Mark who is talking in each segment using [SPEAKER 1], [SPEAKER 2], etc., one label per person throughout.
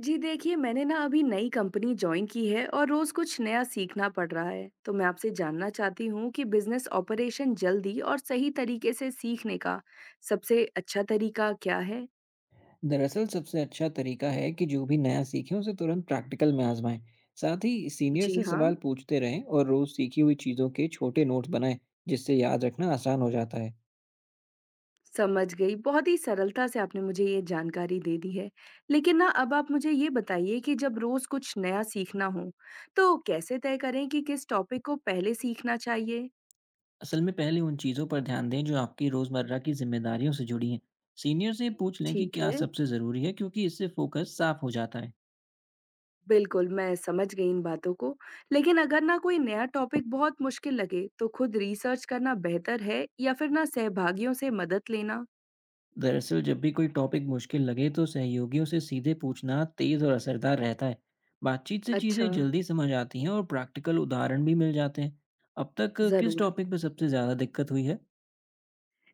[SPEAKER 1] जी देखिए, मैंने ना अभी नई कंपनी जॉइन की है और रोज़ कुछ नया सीखना पड़ रहा है। तो मैं आपसे जानना चाहती हूँ कि बिज़नेस ऑपरेशन जल्दी और सही तरीके से सीखने का सबसे अच्छा तरीका क्या है?
[SPEAKER 2] दरअसल सबसे अच्छा तरीका है कि जो भी नया सीखें उसे तुरंत प्रैक्टिकल में आजमाएं। साथ ही सीनियर
[SPEAKER 1] जी
[SPEAKER 2] से
[SPEAKER 1] हाँ,
[SPEAKER 2] सवाल पूछते रहें और रोज सीखी हुई चीज़ों के छोटे नोट्स बनाएं, जिससे याद रखना आसान हो जाता है।
[SPEAKER 1] समझ गई। बहुत ही सरलता से आपने मुझे ये जानकारी दे दी है। लेकिन ना अब आप मुझे ये बताइए कि जब रोज़ कुछ नया सीखना हो, तो कैसे तय करें कि किस टॉपिक को पहले सीखना चाहिए?
[SPEAKER 2] असल में पहले उन चीज़ों पर ध्यान दें जो आपकी रोज़मर्रा की जिम्मेदारियों से जुड़ी हैं। सीनियर से पूछ लें कि
[SPEAKER 1] ठीक
[SPEAKER 2] क्या
[SPEAKER 1] है।
[SPEAKER 2] सबसे ज़रूरी है, क्योंकि इससे फोकस साफ हो जाता है।
[SPEAKER 1] बिल्कुल, मैं समझ गई इन बातों को। लेकिन अगर ना कोई नया टॉपिक बहुत मुश्किल लगे, तो खुद रिसर्च करना बेहतर है या फिर ना सहभागियों से मदद लेना?
[SPEAKER 2] दरअसल जब भी कोई टॉपिक मुश्किल लगे तो सहयोगियों से सीधे पूछना तेज और असरदार रहता है। बातचीत से
[SPEAKER 1] अच्छा,
[SPEAKER 2] चीजें जल्दी समझ आती हैं और प्रैक्टिकल उदाहरण भी मिल जाते हैं। अब तक किस
[SPEAKER 1] ज़रूर।
[SPEAKER 2] टॉपिक पर सबसे ज्यादा दिक्कत हुई है?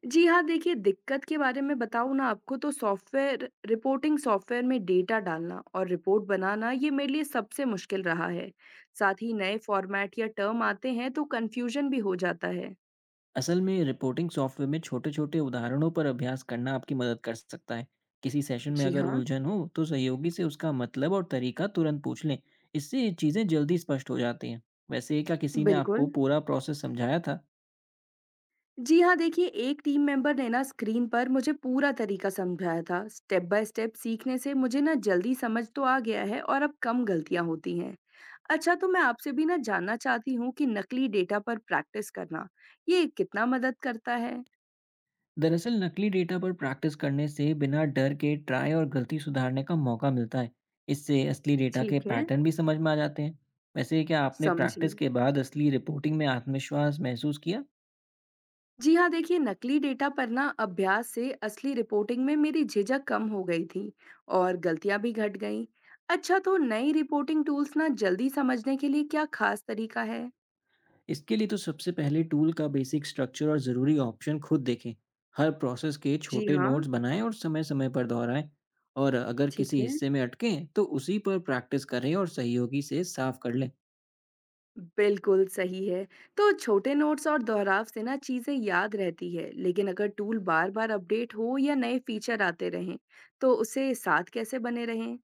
[SPEAKER 1] जी हाँ, देखिए दिक्कत के बारे में बताऊँ ना आपको तो सॉफ्टवेयर रिपोर्टिंग सॉफ्टवेयर में डेटा डालना और रिपोर्ट बनाना ये मेरे लिए सबसे मुश्किल रहा है। साथ ही नए फॉर्मेट या टर्म आते हैं तो कन्फ्यूजन भी हो जाता है।
[SPEAKER 2] असल में रिपोर्टिंग सॉफ्टवेयर में छोटे छोटे उदाहरणों पर अभ्यास करना आपकी मदद कर सकता है। किसी सेशन में
[SPEAKER 1] जी
[SPEAKER 2] अगर
[SPEAKER 1] हाँ,
[SPEAKER 2] उलझन हो तो सहयोगी से उसका मतलब और तरीका तुरंत पूछ लें। इससे चीजें जल्दी स्पष्ट हो जाती हैं। वैसे, क्या किसी ने आपको
[SPEAKER 1] बिल्कुल।
[SPEAKER 2] पूरा प्रोसेस समझाया था?
[SPEAKER 1] जी हाँ, देखिए एक टीम मेंबर ने ना स्क्रीन पर मुझे पूरा तरीका समझाया था। स्टेप बाय स्टेप सीखने से मुझे ना जल्दी समझ तो आ गया है और अब कम गलतियां होती हैं। अच्छा, तो मैं आपसे भी ना जानना चाहती हूँ कि नकली डेटा पर प्रैक्टिस करना, ये कितना मदद करता है?
[SPEAKER 2] दरअसल नकली डेटा पर प्रैक्टिस करने से बिना डर के ट्राई और गलती सुधारने का मौका मिलता है। इससे असली डेटा के
[SPEAKER 1] ठीक है।
[SPEAKER 2] पैटर्न भी समझ में आ जाते हैं। वैसे, क्या आपने
[SPEAKER 1] समझी।
[SPEAKER 2] प्रैक्टिस के बाद असली रिपोर्टिंग में आत्मविश्वास महसूस किया?
[SPEAKER 1] जी हाँ, देखिए नकली डेटा पर ना अभ्यास से असली रिपोर्टिंग में मेरी झिझक कम हो गई थी और गलतियां भी घट गईं। अच्छा, तो नई रिपोर्टिंग टूल्स ना जल्दी समझने के लिए क्या खास तरीका है?
[SPEAKER 2] इसके लिए तो सबसे पहले टूल का बेसिक स्ट्रक्चर और ज़रूरी ऑप्शन खुद देखें। हर प्रोसेस के
[SPEAKER 1] जी
[SPEAKER 2] छोटे
[SPEAKER 1] हाँ,
[SPEAKER 2] नोट्स बनाएं और समय समय पर दोहराएं। और अगर
[SPEAKER 1] ठीक
[SPEAKER 2] किसी
[SPEAKER 1] है।
[SPEAKER 2] हिस्से में अटकें तो उसी पर प्रैक्टिस करें और सहयोगी से साफ कर लें।
[SPEAKER 1] बिल्कुल सही है। तो छोटे नोट्स और दोहराव से ना चीज़ें याद रहती है, लेकिन अगर टूल बार-बार अपडेट हो या नए फीचर आते रहें, तो उसे साथ कैसे बने रहें?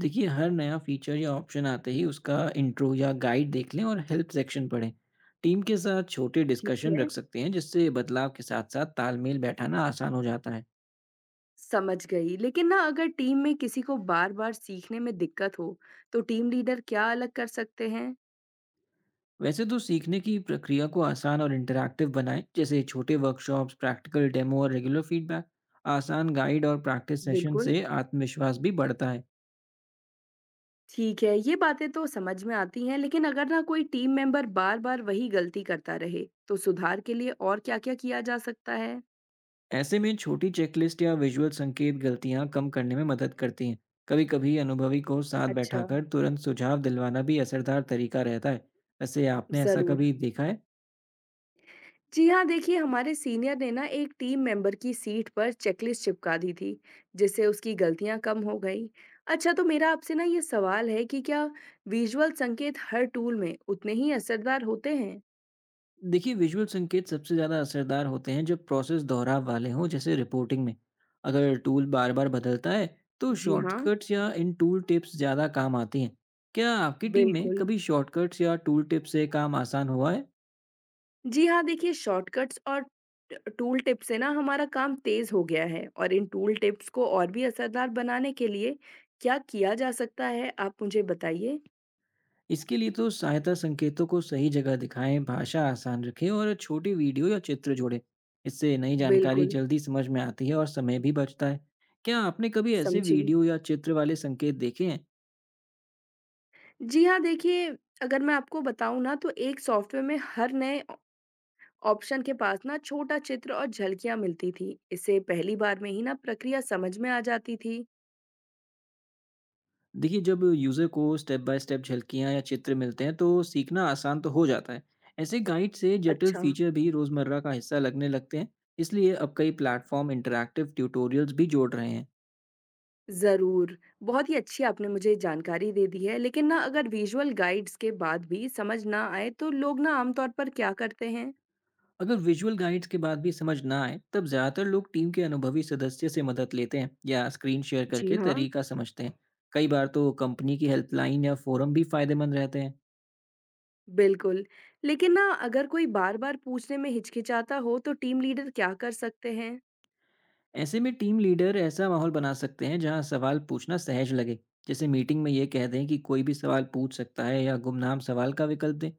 [SPEAKER 2] देखिए, हर नया फीचर या ऑप्शन आते ही उसका इंट्रो या गाइड देख लें और हेल्प सेक्शन पढ़ें। टीम के साथ छोटे
[SPEAKER 1] ठीक
[SPEAKER 2] डिस्कशन
[SPEAKER 1] है,
[SPEAKER 2] रख सकते हैं, जिससे बदलाव के साथ-साथ तालमेल बैठाना आसान हो जाता है।
[SPEAKER 1] समझ गई। लेकिन ना अगर टीम में किसी को बार-बार सीखने में दिक्कत हो, तो टीम लीडर क्या अलग कर सकते हैं?
[SPEAKER 2] वैसे तो सीखने की प्रक्रिया को आसान और इंटरैक्टिव बनाएं, जैसे छोटे वर्कशॉप्स, प्रैक्टिकल डेमो और रेगुलर फीडबैक। आसान गाइड और प्रैक्टिस सेशन
[SPEAKER 1] बिल्कुल,
[SPEAKER 2] से आत्मविश्वास भी बढ़ता है।
[SPEAKER 1] ठीक है। ये बातें तो समझ में आती हैं, लेकिन अगर ना कोई टीम मेंबर बार-बार वही गलती करता रहे, तो सुधार के लिए और क्या-क्या किया जा सकता है?
[SPEAKER 2] ऐसे में छोटी चेकलिस्ट या विजुअल संकेत गलतियां कम करने में मदद करती हैं। कभी कभी अनुभवी को साथ
[SPEAKER 1] अच्छा।
[SPEAKER 2] बैठाकर तुरंत सुझाव दिलवाना भी असरदार तरीका रहता है। वैसे आपने ऐसा
[SPEAKER 1] जरूर।
[SPEAKER 2] कभी देखा है?
[SPEAKER 1] जी हाँ, देखिए हमारे सीनियर ने ना एक टीम मेंबर की सीट पर चेकलिस्ट चिपका दी थी जिससे उसकी गलतियां कम हो गई। अच्छा, तो मेरा आपसे ना ये सवाल है कि क्या विजुअल संकेत हर टूल में उतने ही असरदार होते हैं?
[SPEAKER 2] देखिए, विजुअल संकेत सबसे ज़्यादा असरदार होते हैं जब प्रोसेस दोहराव वाले हों, जैसे रिपोर्टिंग में। अगर टूल बार बार बदलता है तो
[SPEAKER 1] जी हाँ।
[SPEAKER 2] शॉर्टकट्स या इन टूल टिप्स ज़्यादा काम आती हैं। क्या आपकी टीम में
[SPEAKER 1] बिल्कुल।
[SPEAKER 2] कभी शॉर्टकट्स या टूल टिप्स से काम आसान हुआ है?
[SPEAKER 1] जी हाँ, देखिए शॉर्टकट्स और टूल टिप से ना हमारा काम तेज हो गया है और इन टूल टिप्स को और भी असरदार बनाने के लिए क्या किया जा सकता है, आप मुझे बताइए।
[SPEAKER 2] इसके लिए तो सहायता संकेतों को सही जगह दिखाएं, भाषा आसान रखें और छोटी वीडियो या चित्र जोड़ें। इससे नई जानकारी
[SPEAKER 1] बिल्कुल।
[SPEAKER 2] जल्दी समझ में आती है और समय भी बचता है। क्या आपने कभी ऐसे
[SPEAKER 1] समझी।
[SPEAKER 2] वीडियो या चित्र वाले संकेत देखे हैं?
[SPEAKER 1] जी हाँ, देखिए, अगर मैं आपको बताऊँ ना तो एक सॉफ्टवेयर में हर नए ऑ ऑप्शन के पास ना छोटा चित्र और झलकियाँ मिलती थी। इससे पहली बार में ही ना प्रक्रिया समझ में आ जाती थी।
[SPEAKER 2] देखिए, जब यूज़र को स्टेप बाय स्टेप झलकियाँ या चित्र मिलते हैं, तो सीखना आसान तो हो जाता है। ऐसे गाइड से जटिल
[SPEAKER 1] अच्छा,
[SPEAKER 2] फीचर भी रोज़मर्रा का हिस्सा लगने लगते हैं। इसलिए अब कई प्लेटफॉर्म इंटरैक्टिव ट्यूटोरियल्स भी जोड़ रहे हैं।
[SPEAKER 1] ज़रूर। बहुत ही अच्छी आपने मुझे जानकारी दे दी है। लेकिन ना अगर विजुअल गाइड्स के बाद भी समझ ना आए तो लोग ना आमतौर पर क्या करते हैं?
[SPEAKER 2] अगर विजुअल गाइड्स के बाद भी समझ ना आए, तब ज़्यादातर लोग टीम के अनुभवी सदस्य से मदद लेते हैं या स्क्रीन शेयर
[SPEAKER 1] जी
[SPEAKER 2] करके
[SPEAKER 1] हाँ,
[SPEAKER 2] तरीका समझते हैं। कई बार तो कंपनी की हेल्पलाइन या फोरम भी फायदेमंद रहते हैं।
[SPEAKER 1] बिल्कुल। लेकिन ना अगर कोई बार-बार पूछने में हिचकिचाता हो तो टीम लीडर क्या कर सकते हैं?
[SPEAKER 2] ऐसे में टीम लीडर ऐसा माहौल बना सकते हैं जहां सवाल पूछना सहज लगे। जैसे मीटिंग में ये कह दें कि कोई भी सवाल पूछ सकता है, या गुमनाम सवाल का विकल्प दें।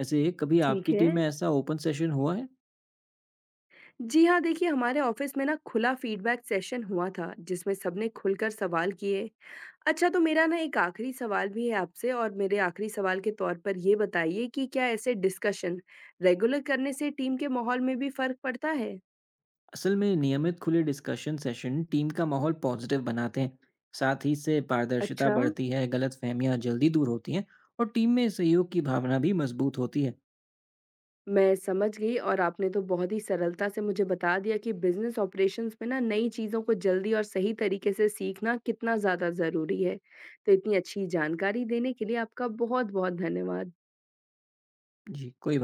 [SPEAKER 2] ऐसे कभी
[SPEAKER 1] ठीक
[SPEAKER 2] आपकी
[SPEAKER 1] है।
[SPEAKER 2] टीम में ऐसा ओपन सेशन हुआ है?
[SPEAKER 1] जी हाँ, देखिए हमारे ऑफिस में ना खुला फीडबैक सेशन हुआ था जिसमें सबने खुलकर सवाल किए। अच्छा, तो मेरा ना एक आखिरी सवाल भी है आपसे और मेरे आखिरी सवाल के तौर पर ये बताइए कि क्या ऐसे डिस्कशन रेगुलर करने से टीम के माहौल में भी फर्क पड़ता है?
[SPEAKER 2] असल में नियमित खुले डिस्कशन सेशन टीम का माहौल पॉजिटिव बनाते हैं। साथ ही इससे पारदर्शिता
[SPEAKER 1] अच्छा,
[SPEAKER 2] बढ़ती है, गलत जल्दी दूर होती हैं और टीम में सहयोग की भावना भी मजबूत होती है।
[SPEAKER 1] मैं समझ गई और आपने तो बहुत ही सरलता से मुझे बता दिया कि बिजनेस ऑपरेशंस में ना नई चीज़ों को जल्दी और सही तरीके से सीखना कितना ज़्यादा ज़रूरी है। तो इतनी अच्छी जानकारी देने के लिए आपका बहुत-बहुत धन्यवाद।
[SPEAKER 2] जी कोई बात